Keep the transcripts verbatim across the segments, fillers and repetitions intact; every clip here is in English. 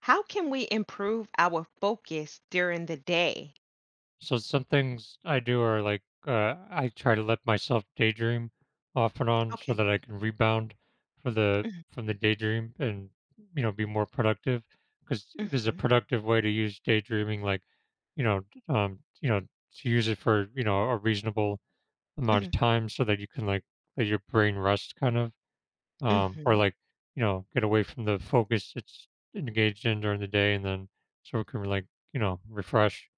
How can we improve our focus during the day? So some things I do are like uh, I try to let myself daydream off and on so Okay. that I can rebound for the Mhm, from the daydream and you know be more productive, because there's a mhm, productive way to use daydreaming, like, you know d- um you know to use it for you know a reasonable amount of mhm, time so that you can like let your brain rest kind of, um or mhm, like you know get away from the focus it's engaged in during the day, and then so it can like you know refresh.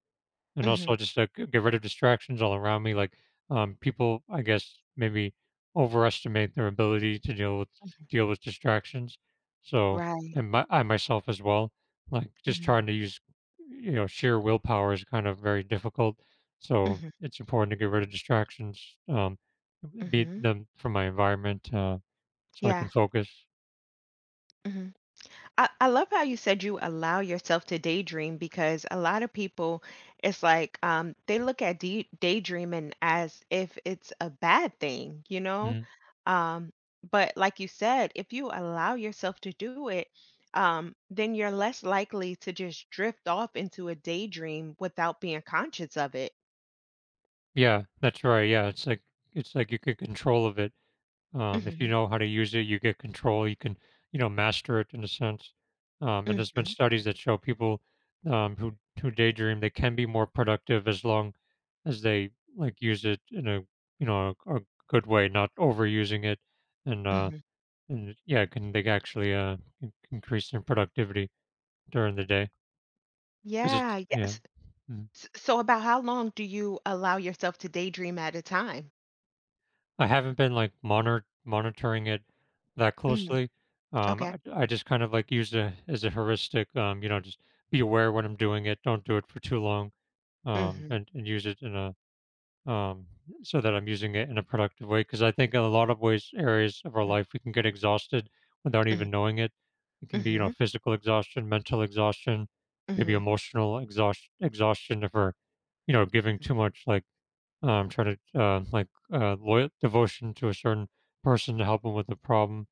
And mhm, also just to g get rid of distractions all around me. Like, um, people, I guess, maybe overestimate their ability to deal with mhm. deal with distractions. So, Right. and my I myself as well, like, just Mhm, trying to use, you know, sheer willpower is kind of very difficult. So mhm, it's important to get rid of distractions, um, beat mhm. them from my environment, uh, so I can Yeah. focus. Mhm. I, I love how you said you allow yourself to daydream because a lot of people, it's like um, they look at day, daydreaming as if it's a bad thing, you know? Mhm. Um, but like you said, if you allow yourself to do it, um, then you're less likely to just drift off into a daydream without being conscious of it. Yeah, that's right. Yeah, it's like it's like you get control of it. Um, if you Hmm. know how to use it, you get control. You can, you know, master it in a sense. Um, and there's been Hmm. studies that show people, um, who who daydream, they can be more productive as long as they like use it in a, you know a, a good way, not overusing it, and uh, Hmm. and yeah, can they actually uh, in- increase their productivity during the day? Because it's, Yeah, yeah. yes. Mm-hmm. S- So, about how long do you allow yourself to daydream at a time? I haven't been, like, monitor monitoring it that Hmm. closely. Um, Okay. I I just kind of, like, used it as a heuristic, um, you know, just be aware when I'm doing it, don't do it for too long, um, Hmm. and and use it in a, um, so that I'm using it in a productive way. Because I think in a lot of ways areas of our life, we can get exhausted without Mhm, even knowing it. It can be, you know, mhm, physical exhaustion, mental exhaustion, maybe mhm, emotional exhaust exhaustion if we're, you know, giving too much, like, um, try to uh, like uh, loyal devotion to a certain person to help them with the problem,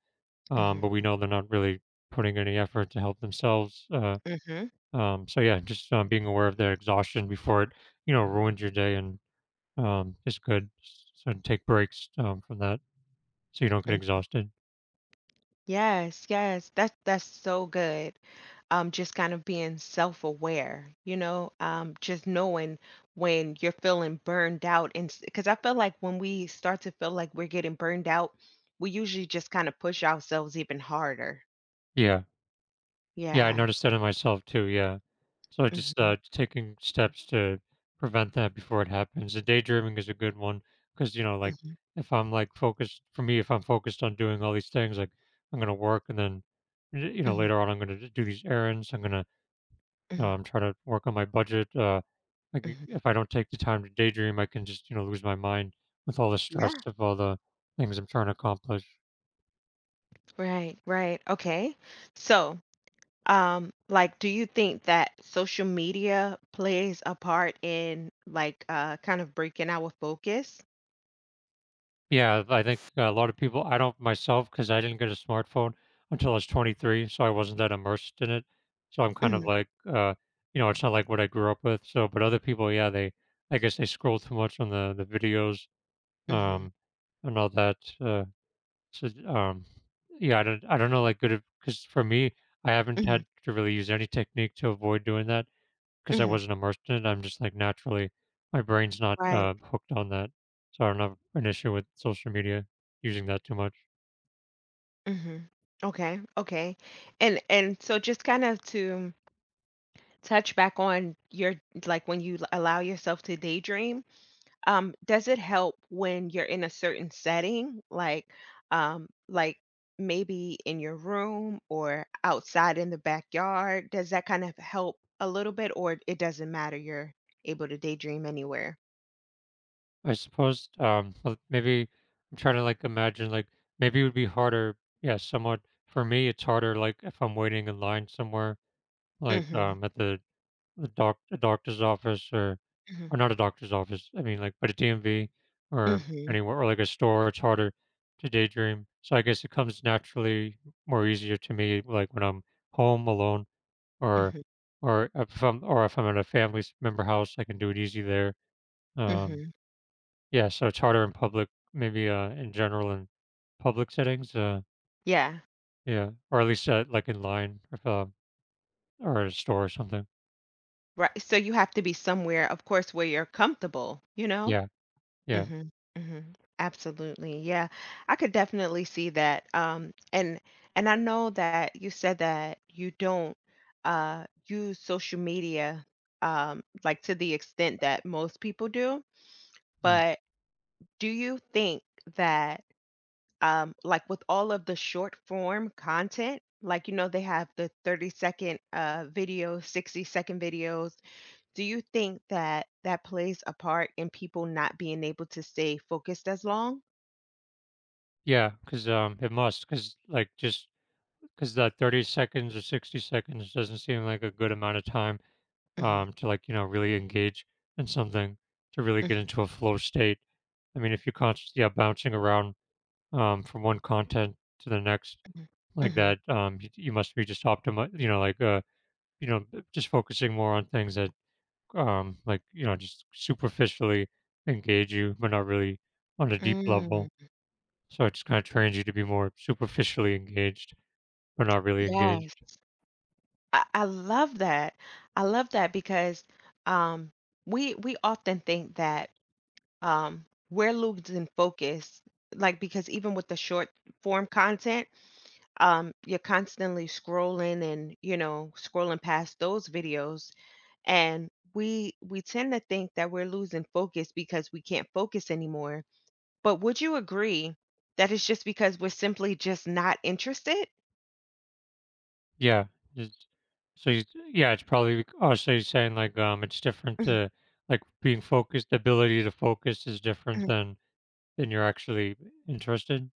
um, mhm, but we know they're not really putting any effort to help themselves. Uh, mhm, um, So yeah, just um, being aware of their exhaustion before it, you know, ruins your day, and um, is good. So take breaks, um, from that so you don't get mhm. exhausted. Yes, yes. That's that's so good. Um, just kind of being self-aware, you know, um, just knowing when you're feeling burned out, and because I feel like when we start to feel like we're getting burned out, we usually just kind of push ourselves even harder. Yeah. Yeah, I Yeah. noticed that in myself too, yeah. So just, Mhm, uh, taking steps to prevent that before it happens. The daydreaming is a good one because you know, like, mhm, if I'm, like, focused for me, if I'm focused on doing all these things, like, I'm gonna work, and then, y you know, mhm, later on, I'm gonna do these errands, I'm gonna, you know, mhm, I'm trying to work on my budget, uh, like, I mhm. if I don't take the time to daydream, I can just, you know, lose my mind with all the stress Yeah. of all the things I'm trying to accomplish. Right, right. Okay. So. Um, like, do you think that social media plays a part in like uh kind of breaking our focus? Yeah, I think a lot of people, I don't myself, because I didn't get a smartphone until I was twenty-three, so I wasn't that immersed in it. So I'm kind of Mhm, like, uh, you know, it's not like what I grew up with. So, but other people, yeah, they, I guess they scroll too much on the the videos, mhm, um, and all that. Uh, so, um, yeah, I don't, I don't know, like, good, because for me, I haven't mhm, had to really use any technique to avoid doing that. 'Cause I mhm, wasn't immersed in it, I'm just, like, naturally my brain's not, right. uh, hooked on that, so I don't have an issue with social media, using that too much. Mhm. Okay, okay. And and so just kind of to touch back on your like when you l- allow yourself to daydream, um, does it help when you're in a certain setting, like, um, like maybe in your room or outside in the backyard? Does that kind of help a little bit, or it doesn't matter? You're able to daydream anywhere. I suppose, um, well, maybe I'm trying to, like, imagine, like, maybe it would be harder, yeah, somewhat. For me, it's harder, like, if I'm waiting in line somewhere, like, Mhm, um, at the the doc a doctor's office, or mhm, or not a doctor's office, I mean, like, but a D M V, or mhm, anywhere, or like a store, it's harder to daydream. So I guess it comes naturally more easier to me, like when I'm home alone, or, mhm, or if I'm or if I'm at a family member house, I can do it easy there. Um, mhm. yeah, so it's harder in public, maybe uh, in general in public settings. Uh, Yeah, yeah, or at least uh, like in line if, uh, or at a store or something. right. So you have to be somewhere, of course, where you're comfortable, you know? Yeah, yeah. Hmm. Hmm. Absolutely. Yeah. I could definitely see that. Um, and and I know that you said that you don't uh use social media um like to the extent that most people do, but do you think that um like with all of the short form content, like you know they have the thirty second uh videos, sixty second videos, do you think that that plays a part in people not being able to stay focused as long? Yeah, because um, it must, because like, just because that thirty seconds or sixty seconds doesn't seem like a good amount of time, Mhm, um, to, like, you know, really engage in something, to really mhm, get into a flow state. I mean, if you're constantly, yeah, bouncing around, um, from one content to the next mhm, like mhm, that, um, you you must be just optimi you know, like, uh, you know, b just focusing more on things that, um, like, you know, just superficially engage you, but not really on a deep level. mm, So it just kinda trains you to be more superficially engaged, but not really yes, engaged. I I love that, I love that because, um, we we often think that, um, we're losing focus, like, because even with the short form content, um, you're constantly scrolling and, you know, scrolling past those videos, and we we tend to think that we're losing focus because we can't focus anymore, but would you agree that it's just because we're simply just not interested? Yeah, it's so you yeah, it's probably bec- oh, so you're saying, like, um, it's different Mhm, to, like, being focused the ability to focus is different mhm. than than you're actually interested?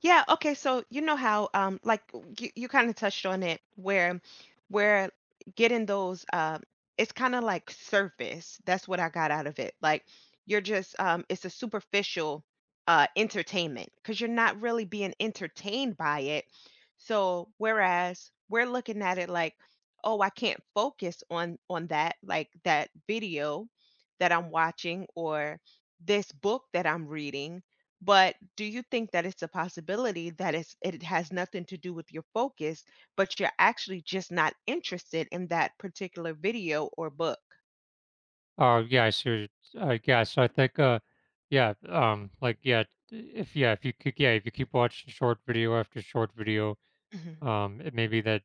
Yeah, okay, so you know how um like you, you kind of touched on it where where getting those um it's kind of like surface. That's what I got out of it. Like you're just um it's a superficial uh entertainment because you're not really being entertained by it. So whereas we're looking at it like, oh, I can't focus on on that like that video that I'm watching or this book that I'm reading. But do you think that it's a possibility that it's it has nothing to do with your focus, but you're actually just not interested in that particular video or book? Oh, yeah, I see what you're, I guess, so I think, uh, yeah, um, like, yeah, if yeah, if you could, yeah, if you keep watching short video after short video, Mhm. um, it maybe that,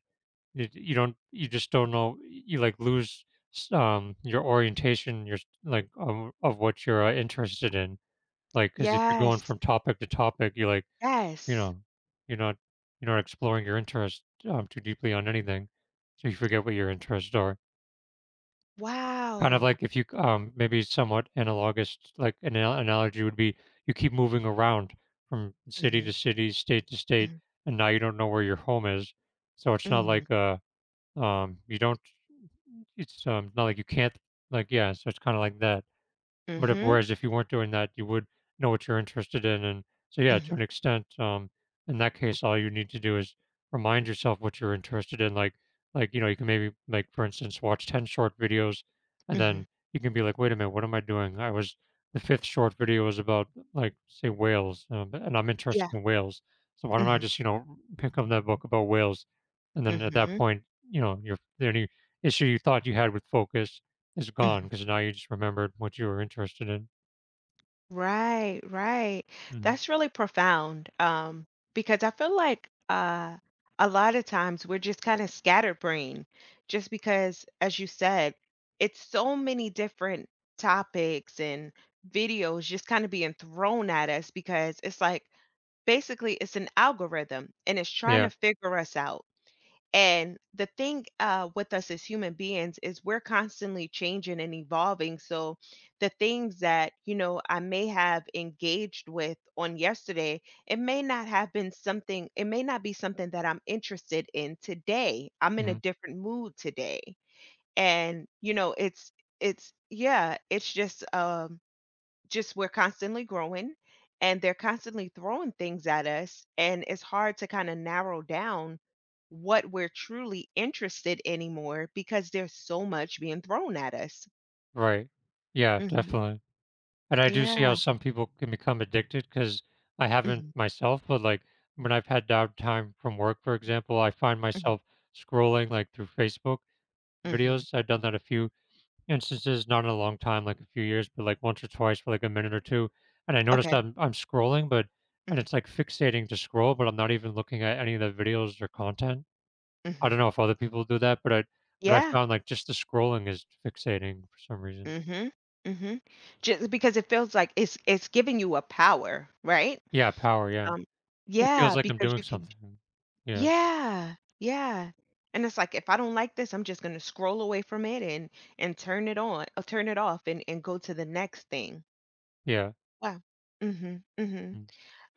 You you don't, you just don't know you, like, lose s um, your orientation, your s like, um, of what you're, uh, interested in. Like, because if you're going Yes, from topic to topic, you like, you yes. know, you're not you're not exploring your interest, um, too deeply on anything, so you forget what your interests are. Kind of Wow. like if you c um, maybe somewhat analogous, like, an ana analogy would be you keep moving around from city Mhm, to city, state to state, mhm, and now you don't know where your home is, so it's not mhm, like, uh, um, you don't, it's, um, not like you can't, like, yeah, so it's kinda like that. But if, mhm, whereas if you weren't doing that, you would know what you're interested in, and so yeah, to mhm, an extent, um, in that case, all you need to do is remind yourself what you're interested in. Like, like you know, you can maybe like for instance, watch ten short videos, and mhm. then you can be like, wait a minute, what am I doing? I was The fifth short video was about, like, say, whales, um, and I'm interested Yeah. in whales, so why don't I Mhm, just, you know, pick up that book about whales, and then at mhm, that mhm. point, you know, your any issue you thought you had with focus is gone because now you just remembered what you were interested in. Right, right. Mhm. That's really profound, um, because I feel like uh, a lot of times we're just kind of scatterbrained, just because, as you said, it's so many different topics and videos just kind of being thrown at us because it's like basically it's an algorithm and it's trying to Yeah. figure us out. And the thing uh, with us as human beings is we're constantly changing and evolving. So the things that, you know, I may have engaged with on yesterday, it may not have been something, it may not be something that I'm interested in today. I'm in a Mhm. different mood today. And, you know, it's, it's, yeah, it's just, um, just we're constantly growing and they're constantly throwing things at us and it's hard to kind of narrow down what we're truly interested anymore because there's so much being thrown at us. Right. Yeah, Mhm. definitely. And I do see Yeah. how some people can become addicted because I haven't Mhm. myself, but, like, when I've had downtime from work, for example, I find Mhm. myself scrolling, like, through Facebook Mhm. videos. I've done that a few instances, not in a long time, like a few years, but, like, once or twice for, like, a minute or two, and I noticed Okay. I'm I'm scrolling, but, and Mhm. it's, like, fixating to scroll, but I'm not even looking at any of the videos or content. I don't Mhm. know if other people do that, but I but I Yeah. found, like, just the scrolling is fixating for some reason. Mhm. Mhm. Just because it feels like it's it's giving you a power, right? Yeah, power, yeah. Um, It yeah, feels like I'm because doing you can. something. Yeah, Yeah, yeah, and it's like, if I don't like this, I'm just gonna scroll away from it and and turn it on or turn it off and and go to the next thing. yeah. Wow. Mhm, mhm. Mm.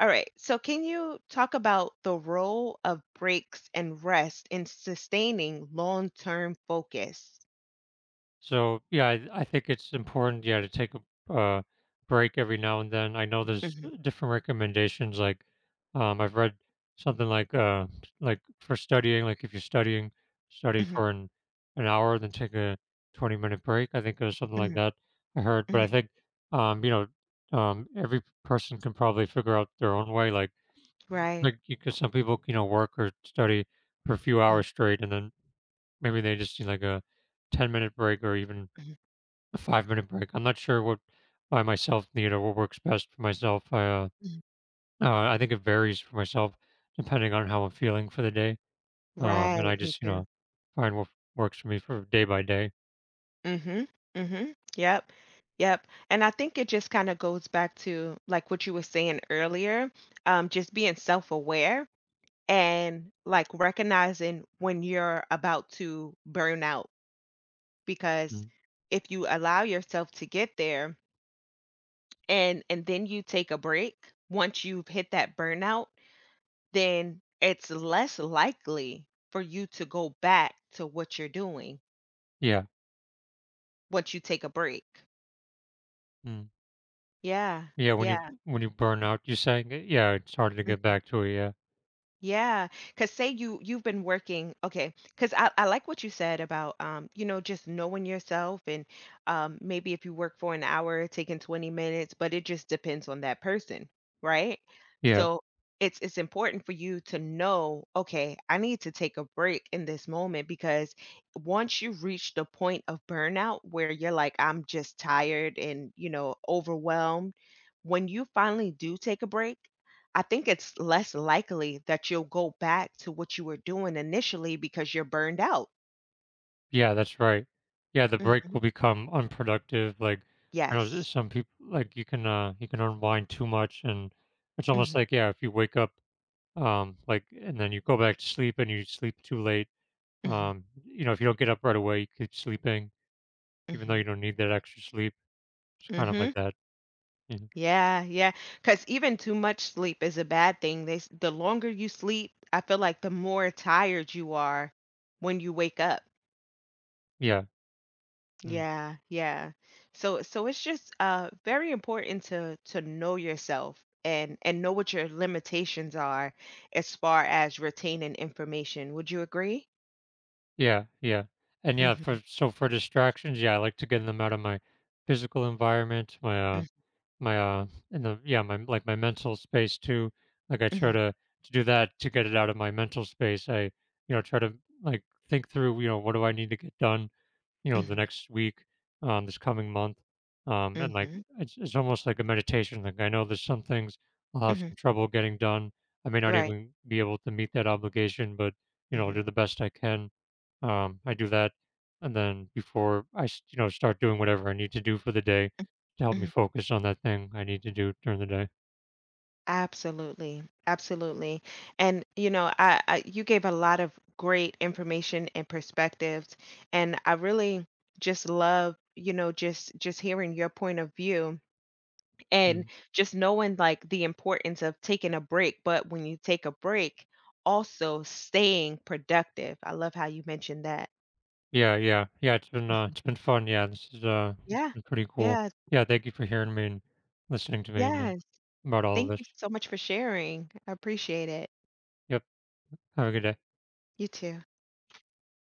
Alright, so can you talk about the role of breaks and rest in sustaining long-term focus? So yeah, I, I think it's important, yeah, to take a uh, break every now and then. I know there's uh, Mhm, different recommendations. Like, um, I've read something like uh, like for studying, like if you're studying, study mhm, for an an hour, then take a twenty minute break. I think it was something like mhm, that I heard. But I mhm. think, um, you know, um, every person can probably figure out their own way. Like, Right. like because some people, you know, work or study for a few Mhm, hours straight, and then maybe they just need like a ten minute break or even mhm, a five minute break. I'm not sure what by myself, you know, what works best for myself. I, uh, mhm. uh, I think it varies for myself depending on how I'm feeling for the day. Um, and Right, I me just, you too. know, find what works for me for day by day. Mhm, mhm. Yep, yep. And I think it just kinda goes back to, like, what you were saying earlier, um, just being self-aware and, like, recognizing when you're about to burn out, because Mm. if you allow yourself to get there and and then you take a break, once you've hit that burnout, then it's less likely for you to go back to what you're doing Yeah. once you take a break. Mm. Yeah, Yeah. When you, yeah, when you burn out, you saying, it? Yeah, it's harder to get mhm. back to it. Yeah. Yeah, because say you you've been working, okay, because I, I like what you said about um, you know, just knowing yourself and um maybe if you work for an hour, taking twenty minutes, but it just depends on that person, right? Yeah. So it's it's important for you to know, okay, I need to take a break in this moment because once you reach the point of burnout where you're like, I'm just tired and you know, overwhelmed, when you finally do take a break, I think it's less likely that you'll go back to what you were doing initially because you're burned out. Yeah. That's right. Yeah. The break Mhm. will become unproductive. Like, I know s- Yes. some people, like you can, uh, you can unwind too much, and it's almost Mhm, like, yeah, if you wake up, um, like, and then you go back to sleep and you sleep too late. mhm, Um, you know, if you don't get up right away, you keep sleeping, even though mhm, you don't need that extra sleep. It's kind of mhm. like that. Yeah. Yeah, yeah. Because even too much sleep is a bad thing. They s the longer you sleep, I feel like the more tired you are when you wake up. Yeah. Mm. Yeah, yeah. So so it's just, uh, very important to to know yourself and and know what your limitations are as far as retaining information. Would you agree? Yeah. Yeah. And yeah, Mhm, for, so for distractions, yeah, I like to get them out of my physical environment, my uh mm, my uh and the yeah, my like my mental space too. Like I try mhm, to to do that, to get it out of my mental space. I, you know, try to, like, think through, you know, what do I need to get done? You know, the mhm, next week, um, this coming month. Um, and like, mhm, it's it's almost like a meditation. Like I know there's some things I'll have mhm. some trouble getting done. I may not Right. even be able to meet that obligation, but you know, I'll Mhm, do the best I can. Um, I do that, and then before I s- you know, start doing whatever I need to do for the day, to help me mhm. focus on that thing I need to do during the day. Absolutely, absolutely. And you know, I, I you gave a lot of great information and perspectives, and I really just love, you know, just just hearing your point of view and Mm. just knowing like the importance of taking a break, but when you take a break, also staying productive. I love how you mentioned that. Yeah, yeah, yeah. It's been uh, Mhm. it's been fun. Yeah, this is uh, it's Yeah. been pretty cool. Yeah. Yeah, thank you for hearing me and listening to me, and uh, Yeah. about all of Thank this. you so much for sharing. I appreciate it. Yep. Have a good day. You too.